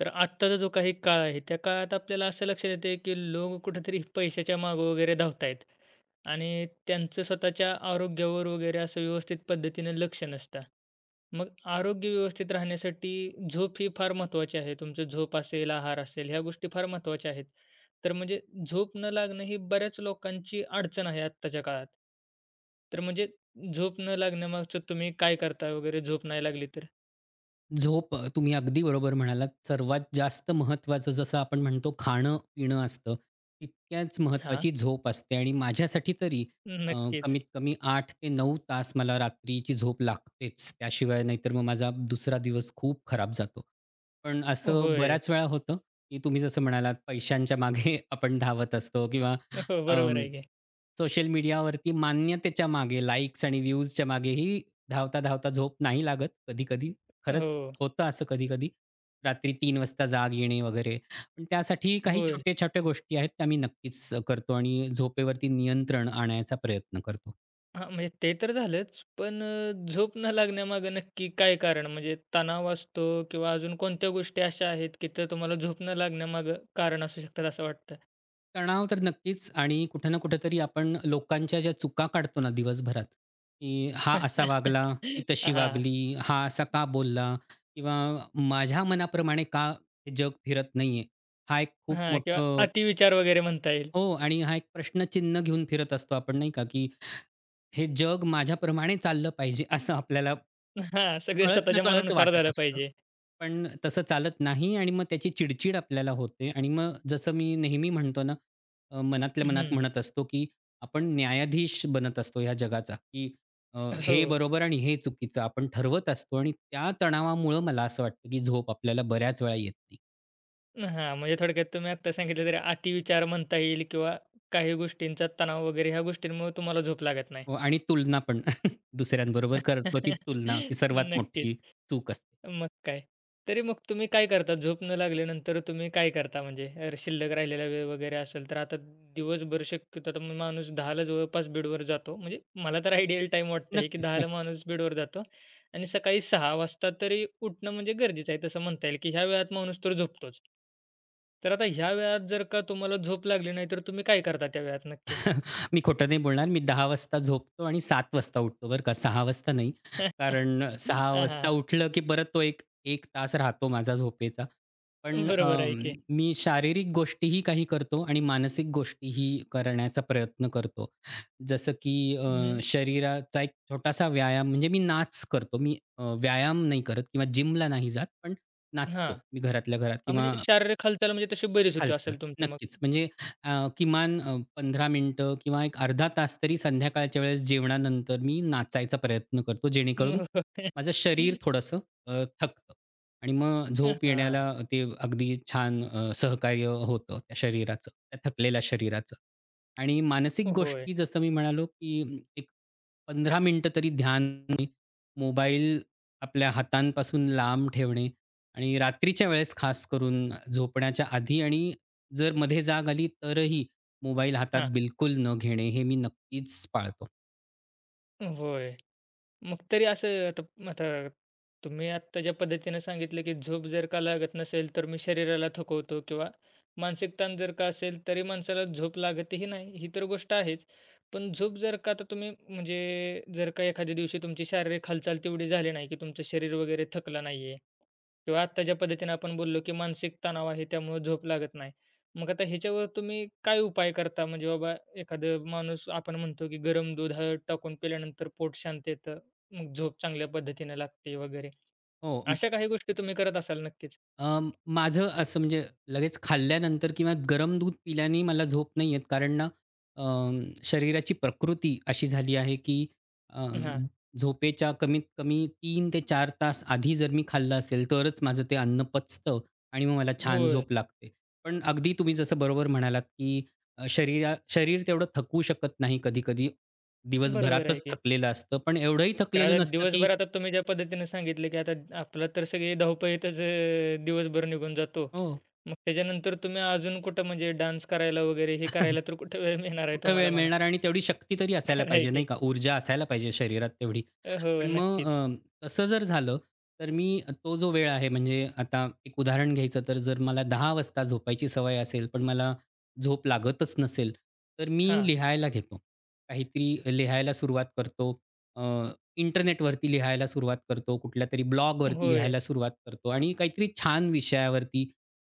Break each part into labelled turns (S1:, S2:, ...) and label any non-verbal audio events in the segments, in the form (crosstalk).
S1: तर आत्ताचा जो काही काळ आहे, त्या काळात आपल्याला असं लक्षात येतं, की लोक कुठेतरी पैशाच्या मागं वगैरे धावतायत आणि त्यांचं स्वतःच्या आरोग्यावर वगैरे असं व्यवस्थित पद्धतीनं लक्ष नसतं. मग आरोग्य व्यवस्थित राहण्यासाठी झोप ही फार महत्त्वाची आहे. तुमचं झोप असेल, आहार असेल, ह्या गोष्टी फार महत्त्वाच्या आहेत. तर म्हणजे झोप न लागणं ही बऱ्याच लोकांची अडचण आहे आत्ताच्या काळात. तर म्हणजे झोप न लागण्यामागचं तुम्ही काय करता वगैरे झोप नाही लागली तर?
S2: झोप तुम्ही अगदी बरोबर म्हणालात. सर्वात जास्त महत्त्वाचं जसं आपण म्हणतो खाणं-पिणं असतं, तितक्याच
S1: हां,
S2: महत्त्वाची झोप असते आणि माझ्यासाठी तरी अ,
S1: नक्कीच.
S2: कमीत कमी 8 ते 9 तास मला रात्रीची झोप लागतेच. त्याशिवाय नाहीतर मग माझा दुसरा दिवस खूप खराब जातो. पण असं
S1: होय.
S2: बऱ्याच वेळा होतं, की तुम्ही जसं म्हणालात पैशांच्या मागे (laughs) आपण धावत असतो किंवा
S1: हो, बरोबर आहे की.
S2: सोशल मीडियावरती मान्यतेच्या मागे, लाइक्स आणि व्ह्यूजच्या मागेही धावता-धावता झोप नाही लागत कधी-कधी.
S1: हो.
S2: खरंच होतं असं कधी-कधी. रात्री 3 वाजता जाग येणे वगैरे. पण त्यासाठी काही
S1: होय.
S2: छोट्या-छोट्या गोष्टी आहेत त्या मी नक्कीच करतो आणि झोपेवरती नियंत्रण आणायचा प्रयत्न करतो.
S1: हां, म्हणजे ते तर झालंच. पण झोप न लागण्यामागं नक्की काय कारण? म्हणजे तणाव असतो किंवा अजून कोणत्या गोष्टी अशा आहेत, की त्या तुम्हाला झोप न लागण्यामागं कारण असू शकतात असं वाटतं?
S2: तणाव तर नक्कीच आणि कुठे ना कुठेतरी आपण लोकांच्या ज्या चुका काढतो ना दिवसभरात, की हा असा वागला, ही
S1: (laughs)
S2: तशी
S1: हां,
S2: वागली, हा असा का बोलला किंवा माझ्या मनाप्रमाणे का हे जग फिरत नाहीये. हा एक खूप
S1: हां किंवा
S2: मोठं
S1: अतिविचार वगैरे म्हणता येईल.
S2: हो, आणि हा एक प्रश्नचिन्ह घेऊन फिरत असतो आपण नाही का, की हे जग माझ्याप्रमाणे चाललं पाहिजे असं आपल्याला
S1: हां, सगळं स्वतःच्या
S2: कळत-नकळत
S1: मनानुसार
S2: वाटत
S1: झालं
S2: असतं.
S1: पाहिजे.
S2: पण तसं चालत नाही आणि मग त्याची चिड आपल्याला होते आणि मग जसं मी नेहमी म्हणतो ना, मनातल्या मनात
S1: हं.
S2: म्हणत असतो, की आपण न्यायाधीश बनत असतो ह्या जगाचा, की
S1: हो.
S2: हे बरोबर आणि हे चुकीचं आपण ठरवत असतो आणि त्या तणावामुळं मला असं वाटतं, की झोप आपल्याला बऱ्याच वेळा येत नाही.
S1: हां, म्हणजे थोडक्यात तुम्ही आत्ता सांगितलं तरी अतिविचार म्हणता येईल किंवा काही गोष्टींचा तणाव वगैरे ह्या गोष्टींमुळे तुम्हाला झोप लागत नाही.
S2: हो, आणि तुलना पण (laughs) दुसऱ्यांबरोबर करतो ती
S1: (laughs)
S2: तुलना, ती सर्वात
S1: नक्कीच.
S2: मोठी चूक असते.
S1: मग काय? तरी मग तुम्ही काय करता? झोप न लागल्यानंतर तुम्ही काय करता? म्हणजे अर शिल्लक राहिलेला वेळ वगैरे असेल तर आता दिवसभर शक्यतो आता मग माणूस 10 ला जवळपास बेडवर जातो. म्हणजे मला तर आयडियल टाईम वाटतंय की
S2: नक्कीच,
S1: 10
S2: नक्कीच.
S1: माणूस बेडवर जातो आणि सकाळी 6 वाजता तरी उठणं म्हणजे गरजेचं आहे. तसं म्हणता येईल की ह्या वेळात माणूस तर झोपतोच. तर आता ह्या वेळात जर का तुम्हाला झोप लागली नाही, तर तुम्ही काय करता त्या वेळात नक्की?
S2: (laughs) मी खोटं नाही बोलणार. मी 10 वाजता झोपतो आणि 7 वाजता उठतो बरं का. 6 वाजता नाही.
S1: (laughs)
S2: कारण 6 वाजता
S1: हां,
S2: उठलं की परत तो एक 1 तास राहतो माझा झोपेचा. पण
S1: बरोबर आहे की.
S2: मी शारीरिक गोष्टीही काही करतो आणि मानसिक गोष्टीही करण्याचा प्रयत्न करतो. जसं की
S1: हं.
S2: शरीराचा एक छोटासा व्यायाम म्हणजे मी नाच करतो. मी व्यायाम नाही करत किंवा जिमला नाही जात, पण
S1: हां.
S2: नाचतो. मी घरातल्या घरात
S1: हां, म्हणजे
S2: किंवा
S1: शारीरिक हालचाल म्हणजे तशी बरीच होती
S2: हालचाल.
S1: असेल तुमची मग?
S2: नक्कीच. म्हणजे अ, किमान 15 मिनिटं किंवा एक अर्धा तास तरी संध्याकाळच्या वेळेस जेवणानंतर मी नाचायचा प्रयत्न करतो, जेणेकरून
S1: (laughs)
S2: माझं शरीर थोडंसं थकतं आणि मग झोप येण्याला ते अगदी छान सहकार्य होतं त्या शरीराचं, त्या थकलेल्या शरीराचं. आणि मानसिक
S1: हां, होय.
S2: गोष्टी जसं मी म्हणालो, की एक 15 मिनिटं तरी ध्यान मोबाईल आपल्या हातांपासून लांब ठेवणे आणि रात्रीच्या वेळेस खास करून झोपण्याच्या आधी आणि जर मध्ये जाग आली तरही मोबाईल हातात
S1: हां,
S2: बिलकुल न घेणे हे मी नक्कीच पाळतो.
S1: होय. मग तरी असं आता आता तुम्ही आत्ता ज्या पद्धतीनं सांगितलं, की झोप जर का लागत नसेल, तर मी शरीराला थकवतो किंवा मानसिक ताण जर का असेल, तरी माणसाला झोप लागतही नाही, ही तर गोष्ट आहेच. पण झोप जर का आता तुम्ही म्हणजे जर का एखाद्या दिवशी तुमची शारीरिक हालचाल तेवढी झाली नाही, की तुमचं शरीर वगैरे थकलं नाहीये किंवा आत्ता ज्या पद्धतीनं आपण बोललो, की मानसिक तणाव आहे त्यामुळे झोप लागत नाही. मग आता ह्याच्यावर तुम्ही काय उपाय करता? म्हणजे बाबा एखादं माणूस आपण म्हणतो, की गरम दूध हळद टाकून पिल्यानंतर पोट शांत येतं. मग झोप चांगल्या पद्धतीने लागते वगैरे.
S2: हो,
S1: अशा काही गोष्टी तुम्ही करत असाल नक्कीच.
S2: माझं असं म्हणजे लगेच खाल्ल्यानंतर किंवा गरम दूध पिल्याने मला झोप नाही येत कारण ना शरीराची प्रकृती अशी झाली आहे की अं,
S1: हां.
S2: झोपेच्या कमीत कमी 3 ते 4 तास आधी जर मी खाल्लं असेल तरच माझं ते अन्न पचतं आणि मग मला छान
S1: होय.
S2: झोप लागते. पण अगदी तुम्ही जसं बरोबर म्हणालात की शरीर तेवढं थकू शकत नाही कधी-कधी.
S1: बरोबर आहे
S2: दिवसभरातच
S1: की.
S2: थकलेलं असतं. पण एवढंही
S1: तर
S2: थकलेलं
S1: आता
S2: नसतं की
S1: दिवसभर आता तुम्ही ज्या पद्धतीने सांगितलं की आता आपला तर सगळी धावपळीतच दिवसभर निघून जातो.
S2: हो.
S1: मग त्याच्यानंतर तुम्ही अजून कुठं म्हणजे डान्स करायला वगैरे हे
S2: (laughs)
S1: करायला तर कुठे वेळ मिळणार आहे
S2: कुठं वेळ
S1: तुम्हाला म्हणा.
S2: मिळणार आणि तेवढी शक्ती तरी असायला
S1: खरं आहे
S2: पाहिजे
S1: की.
S2: नाही का, ऊर्जा असायला पाहिजे शरीरात तेवढी.
S1: हो,
S2: पण मग
S1: नक्कीच.
S2: तसं जर झालं, तर मी तो जो वेळ आहे म्हणजे आता एक उदाहरण घ्यायचं तर जर मला 10 वाजता झोपायची सवय असेल, पण मला झोप लागतच नसेल, तर मी
S1: हां.
S2: लिहायला घेतो. काहीतरी लिहायला सुरुवात करतो. अ, इंटरनेटवरती लिहायला सुरुवात करतो, कुठल्यातरी ब्लॉगवरती
S1: होय.
S2: लिहायला सुरुवात करतो आणि काहीतरी छान विषयावरती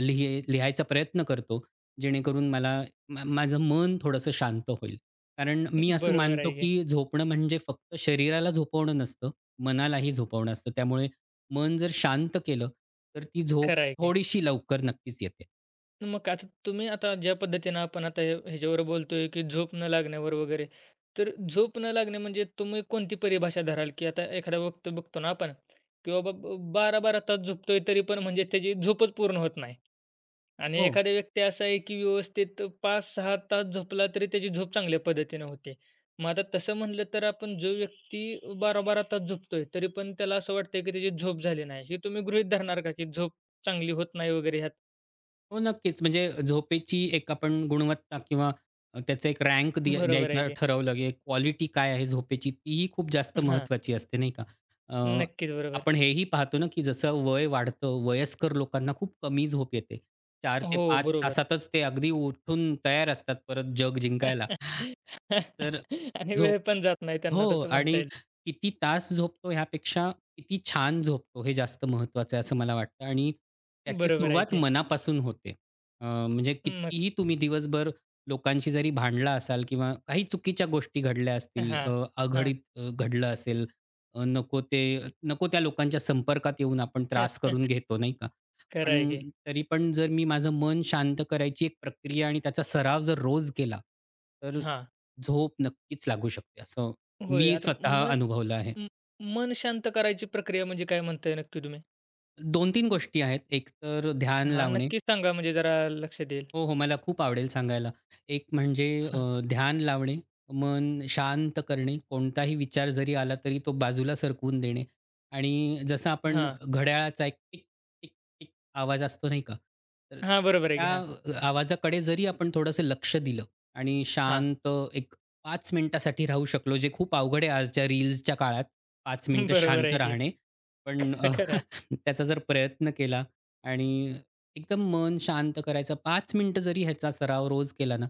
S2: लिहायचा प्रयत्न करतो, जेणेकरून मला माझं मन थोडंसं शांत होईल. कारण मी असं
S1: बरोबर
S2: मानतो,
S1: आहे की.
S2: की झोपणं म्हणजे फक्त शरीराला झोपवणं नसतं, मनालाही झोपवणं असतं. त्यामुळे मन जर शांत केलं, तर ती झोप
S1: खरं आहे की.
S2: थोडीशी लवकर नक्कीच येते.
S1: मग आता तुम्ही आता ज्या पद्धतीनं आपण आता हे ह्याच्यावर बोलतोय, की झोप न लागण्यावर वगैरे, तर झोप न लागणे म्हणजे तुम्ही कोणती परिभाषा धराल? की आता एखादा बघतो बघतो ना आपण, की बाबा 12-12 तास झोपतोय तरी पण म्हणजे त्याची झोपच पूर्ण होत नाही. आणि
S2: हो.
S1: एखादा व्यक्ती असा आहे, की व्यवस्थित 5-6 तास झोपला तरी त्याची झोप चांगल्या पद्धतीनं होते. मग आता तसं म्हटलं तर आपण जो व्यक्ती 12-12 तास झोपतोय तरी पण त्याला असं वाटतंय, की त्याची झोप झाली नाही. हे तुम्ही गृहीत धरणार का, की झोप चांगली होत नाही वगैरे ह्यात?
S2: हो, नक्कीच. म्हणजे झोपेची एक आपण गुणवत्ता किंवा त्याचा एक रँक
S1: बरोबर आहे
S2: द्यायचा
S1: की.
S2: ठरवलं, की क्वालिटी काय आहे झोपेची, तीही खूप जास्त
S1: हां.
S2: महत्त्वाची असते, नाही का? अ,
S1: नक्कीच, बरोबर.
S2: आपण हेही पाहतो ना, की जसं वय वाढतं, वयस्कर लोकांना खूप कमी झोप येते. चार ते
S1: हो,
S2: पाच
S1: बरोबर.
S2: तासातच ते अगदी उठून तयार असतात परत जग जिंकायला.
S1: (laughs)
S2: तर
S1: आणि
S2: झोप
S1: वेळ पण जात नाही त्यांना
S2: हो,
S1: तसं म्हणता
S2: आणि
S1: येईल.
S2: किती तास झोपतो ह्यापेक्षा किती छान झोपतो हे जास्त महत्त्वाचं आहे असं मला वाटतं आणि त्याची
S1: बरोबर आहे
S2: सुरुवात
S1: की.
S2: मनापासून होते. म्हणजे
S1: मग
S2: कितीही तुम्ही दिवसभर लोकांशी जरी भांडला असाल किंवा काही चुकीच्या गोष्टी घडल्या असतील,
S1: हां, हां.
S2: अघडीत घडलं असेल, अ, नको ते नको त्या लोकांच्या संपर्कात येऊन आपण त्रास
S1: (laughs)
S2: करून घेतो, नाही का?
S1: खरं आहे
S2: पण
S1: की.
S2: तरी पण जर मी माझं मन शांत करायची एक प्रक्रिया आणि त्याचा सराव जर रोज केला, तर
S1: हां.
S2: झोप नक्कीच लागू शकते असं
S1: होय.
S2: मी
S1: आता
S2: स्वतः
S1: मन
S2: अनुभवलं आहे.
S1: म मन शांत करायची प्रक्रिया म्हणजे काय म्हणताय नक्की तुम्ही?
S2: 2 तीन गोष्टी आहेत. एक तर ध्यान
S1: हां,
S2: लावणे,
S1: नक्कीच सांगा म्हणजे जरा लक्षात येईल.
S2: हो, हो. मला खूप आवडेल सांगायला. एक म्हणजे
S1: हां,
S2: ध्यान लावणे, मन शांत करणे, कोणताही विचार जरी आला तरी तो बाजूला सरकवून देणे आणि जसं आपण
S1: हां.
S2: घड्याळाचा एक टिक, टिक, टिक आवाज असतो नाही का? तर
S1: हां, बरोबर आहे की. हां,
S2: त्या आवाजाकडे जरी आपण थोडंसं लक्ष दिलं आणि
S1: हां.
S2: शांत एक 5 मिनिटासाठी राहू शकलो, जे खूप अवघड आहे आजच्या रील्सच्या काळात 5
S1: (laughs)
S2: मिनिटं
S1: बरोबर
S2: शांत
S1: आहे की.
S2: राहणे. पण
S1: (laughs) खरं आहे.
S2: (laughs) त्याचा जर प्रयत्न केला आणि एकदम मन शांत करायचं. 5 मिनिटं जरी ह्याचा सराव रोज केला ना,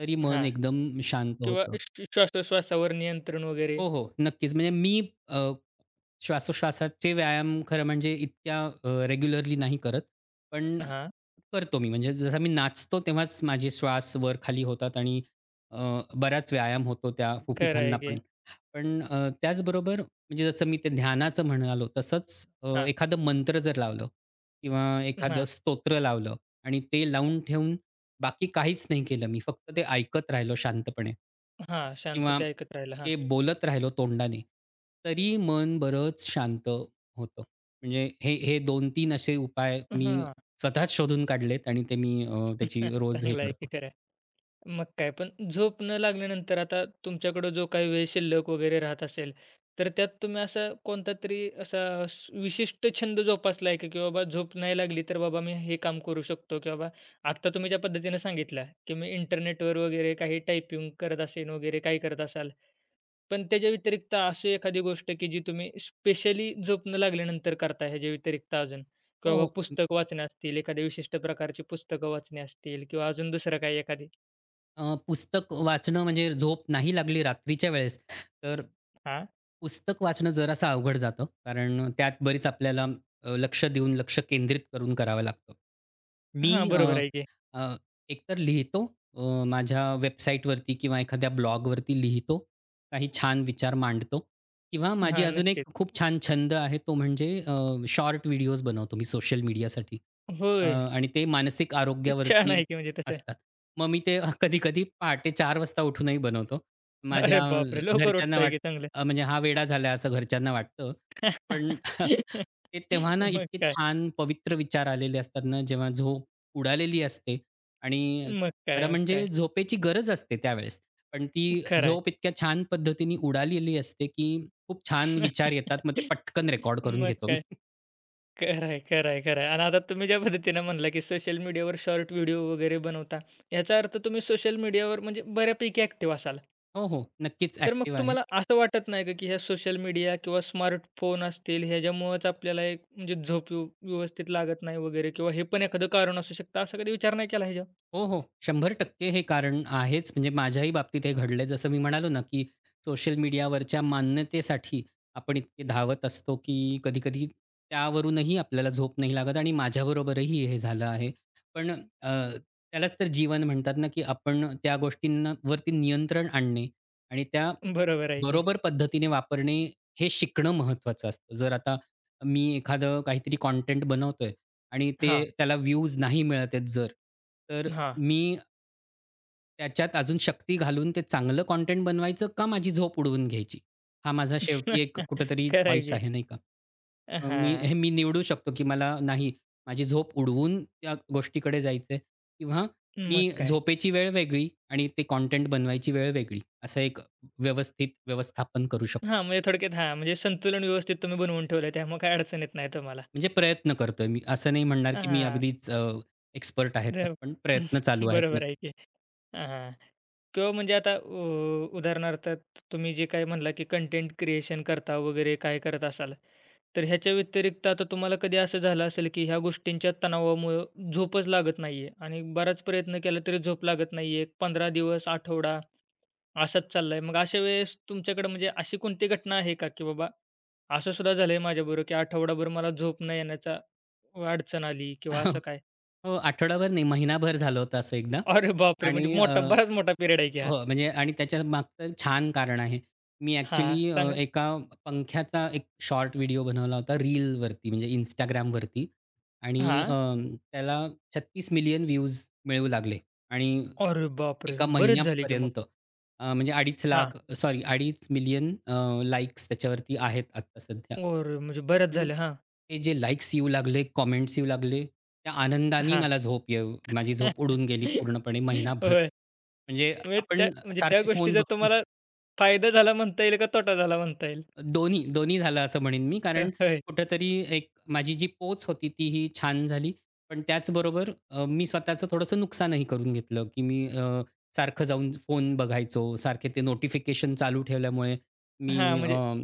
S2: तरी मन
S1: हां.
S2: एकदम शांत
S1: किंवा
S2: होतं.
S1: श्वासोश्वासावर नियंत्रण वगैरे.
S2: हो, हो. नक्कीच. म्हणजे मी अ, श्वासोश्वासाचे व्यायाम खरं म्हणजे इतक्या रेग्युलरली नाही करत. पण
S1: हां,
S2: करतो मी. म्हणजे जसा मी नाचतो तेव्हाच माझे श्वास वर-खाली होतात आणि बराच व्यायाम होतो त्या
S1: खरं
S2: फुफ्फुसांना
S1: आहे की.
S2: पण. पण त्याचबरोबर म्हणजे जसं मी ते ध्यानाचं म्हणालो तसंच
S1: हां,
S2: एखादं मंत्र जर लावलं किंवा एखादं
S1: हां,
S2: स्तोत्र लावलं आणि ते लावून ठेवून बाकी काहीच नाही केलं मी. फक्त ते ऐकत राहिलो शांतपणे
S1: हां.
S2: किंवा
S1: शांतता ऐकत राहायला. हां,
S2: ते बोलत राहिलो तोंडाने, तरी मन बरंच शांत होतं. म्हणजे हे हे 2-3 असे उपाय मी
S1: हां.
S2: स्वतःच शोधून काढलेत आणि ते मी त्याची
S1: (laughs)
S2: रोज हे
S1: चांगलं आहे की
S2: करतो.
S1: खरं आहे. मग काय पण झोप न लागल्यानंतर आता तुमच्याकडं जो काही वेळ शिल्लक वगैरे राहत असेल, तर त्यात तुम्ही असा कोणता तरी असा विशिष्ट छंद जोपासला आहे का? की बाबा झोप नाही लागली तर बाबा मी हे काम करू शकतो किंवा बाबा आत्ता तुम्ही ज्या पद्धतीने सांगितलं, की मी इंटरनेटवर वगैरे काही टायपिंग करत असेन वगैरे काही करत असाल. पण त्याच्या व्यतिरिक्त अशी एखादी गोष्ट, की जी तुम्ही स्पेशली झोपणं लागल्यानंतर करता ह्याच्या व्यतिरिक्त अजून? की
S2: हो,
S1: बाबा
S2: हो.
S1: पुस्तक वाचणे असतील, एखाद्या विशिष्ट प्रकारची पुस्तकं वाचणे असतील किंवा अजून दुसरं काही एखादी?
S2: पुस्तक वाचणं म्हणजे झोप नाही लागली रात्रीच्या वेळेस, तर
S1: हां,
S2: पुस्तक वाचणं जरासं अवघड जातं. कारण त्यात बरीच आपल्याला लक्ष देऊन, लक्ष केंद्रित करून करावं लागतं. मी
S1: हां,
S2: अ
S1: बरोबर आहे की.
S2: अ, एकतर लिहितो अ, माझ्या वेबसाईटवरती किंवा एखाद्या ब्लॉगवरती लिहितो. काही छान विचार मांडतो किंवा माझी
S1: हां,
S2: अजून एक
S1: नक्कीच.
S2: खूप छान छंद आहे तो म्हणजे शॉर्ट व्हिडिओज बनवतो मी सोशल मीडियासाठी
S1: होय.
S2: आणि ते मानसिक
S1: छान
S2: आरोग्यावरती
S1: आहे की म्हणजे तसं.
S2: असतात. मग मी ते (laughs) कधी-कधी पहाटे 4 वाजता उठूनही बनवतो.
S1: अरे
S2: माझ्या
S1: बापरे! लवकर
S2: घरच्यांना
S1: उठताय की चांगलं.
S2: म्हणजे हा वेडा झाला असं घरच्यांना वाटतं. पण (laughs)
S1: (laughs)
S2: ते तेव्हा ना
S1: मग
S2: इतके
S1: काय?
S2: छान पवित्र विचार आलेले असतात ना, जेव्हा झोप उडालेली असते आणि
S1: मग
S2: खरं
S1: काय? मग
S2: म्हणजे
S1: काय?
S2: झोपेची गरज असते त्यावेळेस. पण ती
S1: खरं आहे.
S2: झोप इतक्या छान पद्धतीने उडालेली असते, की खूप छान विचार येतात. मग ते
S1: (laughs)
S2: पटकन रेकॉर्ड करून
S1: मग
S2: घेतो मी.
S1: काय?
S2: (laughs)
S1: खरं आहे, खरं आहे, खरं आहे. आणि आता तुम्ही ज्या पद्धतीनं म्हणला, की सोशल मीडियावर शॉर्ट व्हिडिओ वगैरे बनवता, याचा अर्थ तुम्ही सोशल मीडियावर म्हणजे बऱ्यापैकी ॲक्टिव्ह असाल.
S2: हो, हो. नक्कीच
S1: तर मग
S2: ॲक्टिव्ह आहे.
S1: तुम्हाला असं वाटत नाही का, की ह्या सोशल मीडिया किंवा स्मार्टफोन असतील, ह्याच्यामुळेच आपल्याला एक म्हणजे झोप व्यवस्थित लागत नाही वगैरे किंवा हे पण एखादं कारण असू शकतं, असा कधी विचार नाही केला ह्याच्यावर?
S2: हो, हो. 100% हे कारण आहेच. म्हणजे माझ्याही बाबतीत हे घडलं जसं मी म्हणालो ना, की सोशल मीडियावरच्या मान्यतेसाठी आपण इतके धावत असतो, की कधी-कधी त्यावरूनही आपल्याला झोप नाही लागत आणि माझ्याबरोबरही हे झालं आहे. पण त्यालाच तर जीवन म्हणतात ना, की आपण त्या गोष्टींवरती नियंत्रण आणणे आणि त्या
S1: बरोबर आहे की.
S2: बरोबर पद्धतीने वापरणे हे शिकणं महत्त्वाचं असतं. जर आता मी एखादं काहीतरी कंटेंट बनवतोय आणि ते
S1: हां,
S2: त्याला व्ह्यूज नाही मिळत आहेत जर, तर
S1: हां.
S2: मी त्याच्यात अजून शक्ती घालून ते चांगलं कंटेंट बनवायचं का माझी झोप उडवून घ्यायची? हा माझा शेवटी एक
S1: (laughs)
S2: कुठेतरी
S1: खरं आहे
S2: चॉईस
S1: की.
S2: आहे नाही का?
S1: हां,
S2: मी निवडू शकतो, की मला नाही माझी झोप उडवून त्या गोष्टीकडे जायचंय किंवा
S1: मग
S2: मी
S1: काय?
S2: झोपेची वेळ वेगळी आणि ते कंटेंट बनवायची वेळ वेगळी, असं एक व्यवस्थित व्यवस्थापन करू शकतो.
S1: हां, म्हणजे थोडक्यात हां, म्हणजे संतुलन व्यवस्थित तुम्ही बनवून ठेवलंय, त्यामुळे काही अडचण येत नाही तुम्हाला.
S2: म्हणजे प्रयत्न करतोय मी. असं नाही म्हणणार, की मी
S1: हां.
S2: अगदीच एक्सपर्ट आहे त्यात,
S1: र
S2: पण प्रयत्न चालू
S1: (laughs)
S2: आहेत
S1: बरोबर
S2: नक्की.
S1: आहे की. हां. किंवा म्हणजे आता उदाहरणार्थ तुम्ही जे काही म्हणला, की कंटेंट क्रिएशन करता वगैरे काय करत असाल. तर ह्याच्या व्यतिरिक्त आता तुम्हाला कधी असं झालं असेल, की ह्या गोष्टींच्या तणावामुळं झोपच लागत नाहीये आणि बराच प्रयत्न केला तरी झोप लागत नाहीये. 15 दिवस, आठवडा असाच चाललाय. मग अशा वेळेस तुमच्याकडे म्हणजे अशी कोणती घटना आहे का, की बाबा असं सुद्धा झालंय माझ्याबरोबर, की आठवडाभर मला झोप न येण्याचा अडचण आली किंवा असं
S2: (laughs)
S1: काय?
S2: हो, आठवडाभर नाही, महिनाभर झालं होतं असं एकदा
S1: अरे बापरे!
S2: आणि
S1: म्हणजे मोठा बराच मोठा पिरियड आहे की हा.
S2: हो, म्हणजे आणि त्याच्यामागचं छान कारण आहे. मी
S1: हां, सांगा.
S2: ॲक्चुअली एका पंख्याचा एक शॉर्ट व्हिडिओ बनवला होता रीलवरती म्हणजे Instagramवरती आणि अ,
S1: हां.
S2: त्याला 36 मिलियन व्ह्यूज मिळू लागले आणि
S1: अरे बापरे!
S2: एका
S1: बरेच झाले की मग.
S2: महिन्यापर्यंत म्हणजे
S1: हां.
S2: 2,50,000 सॉरी 2,50,000,000 लाइक्स त्याच्यावरती आहेत आत्ता सध्या.
S1: अरे म्हणजे बऱ्याच
S2: पण
S1: झाल्या. हां,
S2: हे जे लाइक्स येऊ लागले, कमेंट्स येऊ लागले, त्या आनंदाने
S1: हां.
S2: मला झोप येऊ माझी झोप उडून
S1: (laughs)
S2: गेली पूर्णपणे महिनाभर.
S1: होय.
S2: म्हणजे
S1: म्हणजे त्या
S2: आपण
S1: म्हणजे त्या
S2: सारखे फोन
S1: गोष्टीचा
S2: बघतो
S1: तुम्हाला फायदा झाला म्हणता येईल का तोटा झाला म्हणता येईल?
S2: दोन्ही, दोन्ही झालं असं म्हणेन मी. कारण
S1: होय.
S2: कुठेतरी एक माझी जी पोच होती तीही छान झाली. पण त्याचबरोबर मी स्वतःचं थोडंसं नुकसानही करून घेतलं, की मी सारखं जाऊन फोन बघायचो. सारखे ते नोटिफिकेशन चालू ठेवल्यामुळे
S1: हां,
S2: मी
S1: म्हणजे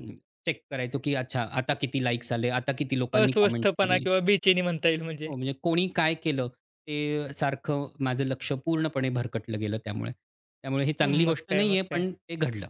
S2: चेक करायचो, की अच्छा आता किती लाइक्स आले, आता किती लोकांनी कमेंट
S1: अस्वस्थपणा
S2: केली.
S1: किंवा बेचैनी म्हणता येईल म्हणजे.
S2: हो, म्हणजे कोणी काय केलं ते सारखं माझं लक्ष पूर्णपणे भरकटलं गेलं त्यामुळे. त्यामुळे ही चांगली
S1: मग
S2: गोष्ट
S1: काय, मग
S2: नाहीये,
S1: काय.
S2: पण ते घडलं.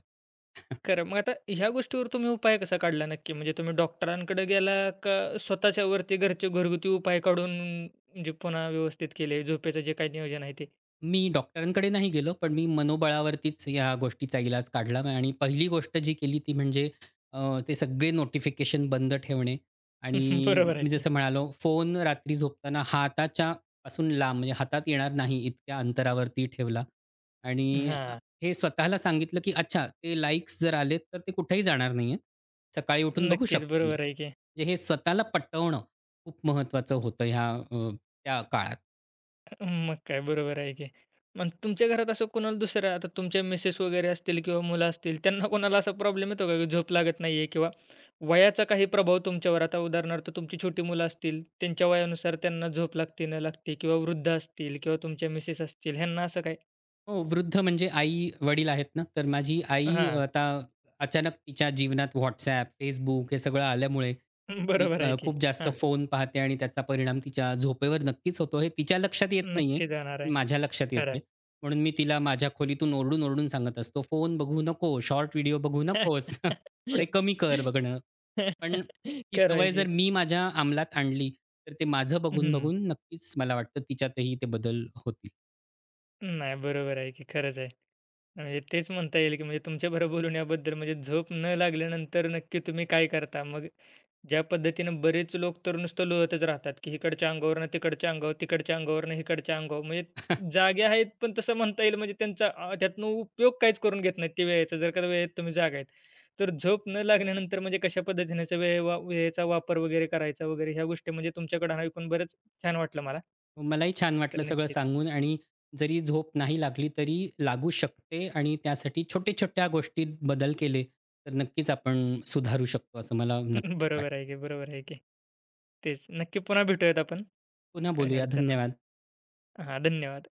S1: खरं. मग आता ह्या गोष्टीवर तुम्ही उपाय कसा काढला नक्की? म्हणजे तुम्ही डॉक्टरांकडे गेला का स्वतःच्यावरती घरचे घरगुती उपाय काढून म्हणजे पुन्हा व्यवस्थित केले झोपेचं जे काही नियोजन आहे ते?
S2: मी डॉक्टरांकडे नाही गेलो, पण मी मनोबळावरतीच या गोष्टीचा इलाज काढला आणि पहिली गोष्ट जी केली ती म्हणजे ते सगळे नोटिफिकेशन बंद ठेवणे आणि
S1: (laughs) बरोबर आहे
S2: मी
S1: की.
S2: जसं म्हणालो फोन रात्री झोपताना हाताच्या पासून लांब म्हणजे हातात येणार नाही इतक्या अंतरावरती ठेवला आणि
S1: हां.
S2: हे स्वतःला सांगितलं, की अच्छा ते लाइक्स जर आले तर ते कुठेही जाणार नाहीयेत. सकाळी उठून बघू
S1: नक्कीच.
S2: शकतो मी.
S1: बरोबर आहे की.
S2: म्हणजे हे स्वतःला पटवणं खूप महत्त्वाचं होतं ह्या त्या काळात.
S1: मग काय बरोबर आहे की. मग तुमच्या घरात असं कोणाला दुसरं आता तुमच्या मिसेस वगैरे असतील किंवा मुलं असतील त्यांना कोणाला असा प्रॉब्लेम येतो का की झोप लागत नाहीये किंवा वयाचा काही प्रभाव तुमच्यावर आता उदाहरणार्थ तुमची छोटी मुलं असतील त्यांच्या वयानुसार त्यांना झोप लागते न लागते किंवा वृद्ध असतील किंवा तुमच्या मिसेस असतील ह्यांना असं काय
S2: हो, वृद्ध म्हणजे आई-वडील आहेत ना, तर माझी आई
S1: हां.
S2: आता अचानक तिच्या जीवनात WhatsApp, Facebook हे सगळं आल्यामुळे
S1: (laughs)
S2: ती
S1: बरोबर आहे की.
S2: खूप जास्त
S1: हां.
S2: फोन पाहते आणि त्याचा परिणाम तिच्या झोपेवर नक्कीच होतो. हे तिच्या लक्षात येत नाहीये,
S1: नक्की जाणार
S2: पण
S1: आहे.
S2: माझ्या लक्षात
S1: खरं
S2: येतंय. म्हणून मी तिला माझ्या खोलीतून ओरडून-ओरडून सांगत असतो, "फोन बघू नको, शॉर्ट व्हिडिओ बघू
S1: आहे.
S2: नकोस. (laughs) थोडे कमी कर बघणं." पण
S1: (laughs)
S2: ती
S1: खरं आहे
S2: सवय
S1: की.
S2: जर मी माझ्या अंमलात आणली, तर ते माझं
S1: हं.
S2: बघून-बघून नक्कीच मला वाटतं तिच्यातही ते बदल होतील.
S1: नाही, बरोबर आहे की खरंच आहे. म्हणजे तेच म्हणता येईल की म्हणजे तुमच्याबरोबर बोलून याबद्दल म्हणजे झोप न लागल्यानंतर नक्की तुम्ही काय करता? मग ज्या पद्धतीनं बरेच लोक तर नुसतं लोळतच राहतात की इकडच्या अंगावरनं तिकडच्या अंगावर, तिकडच्या अंगावरनं इकडच्या अंगावर.
S2: (laughs)
S1: म्हणजे जागे आहेत, पण तसं म्हणता येईल म्हणजे त्यांचा त्यातनं उपयोग काहीच करून घेत नाहीत ते वेळेचा. जर का वेळेत तुम्ही जागा आहेत. तर झोप न लागल्यानंतर म्हणजे कशा पद्धतीने याचा वेळ वेळेचा वापर वगैरे करायचा वगैरे ह्या गोष्टी म्हणजे तुमच्याकडून ऐकून बरंच छान वाटलं मला.
S2: मलाही छान
S1: तर
S2: वाटलं सगळं
S1: नक्कीच.
S2: सांगून आणि जरी झोप नाही लागली तरी लागू शकते आणि त्यासाठी छोट्या-छोट्या गोष्टीत बदल केले, तर नक्कीच आपण सुधारू शकतो असं मला
S1: (laughs)
S2: नक्कीच वाटतं.
S1: बरोबर आहे की, बरोबर आहे की. तेच. नक्की पुन्हा भेटूयात आपण.
S2: पुन्हा
S1: काही
S2: बोलूया.
S1: अडचण नाही.
S2: धन्यवाद.
S1: हां, धन्यवाद.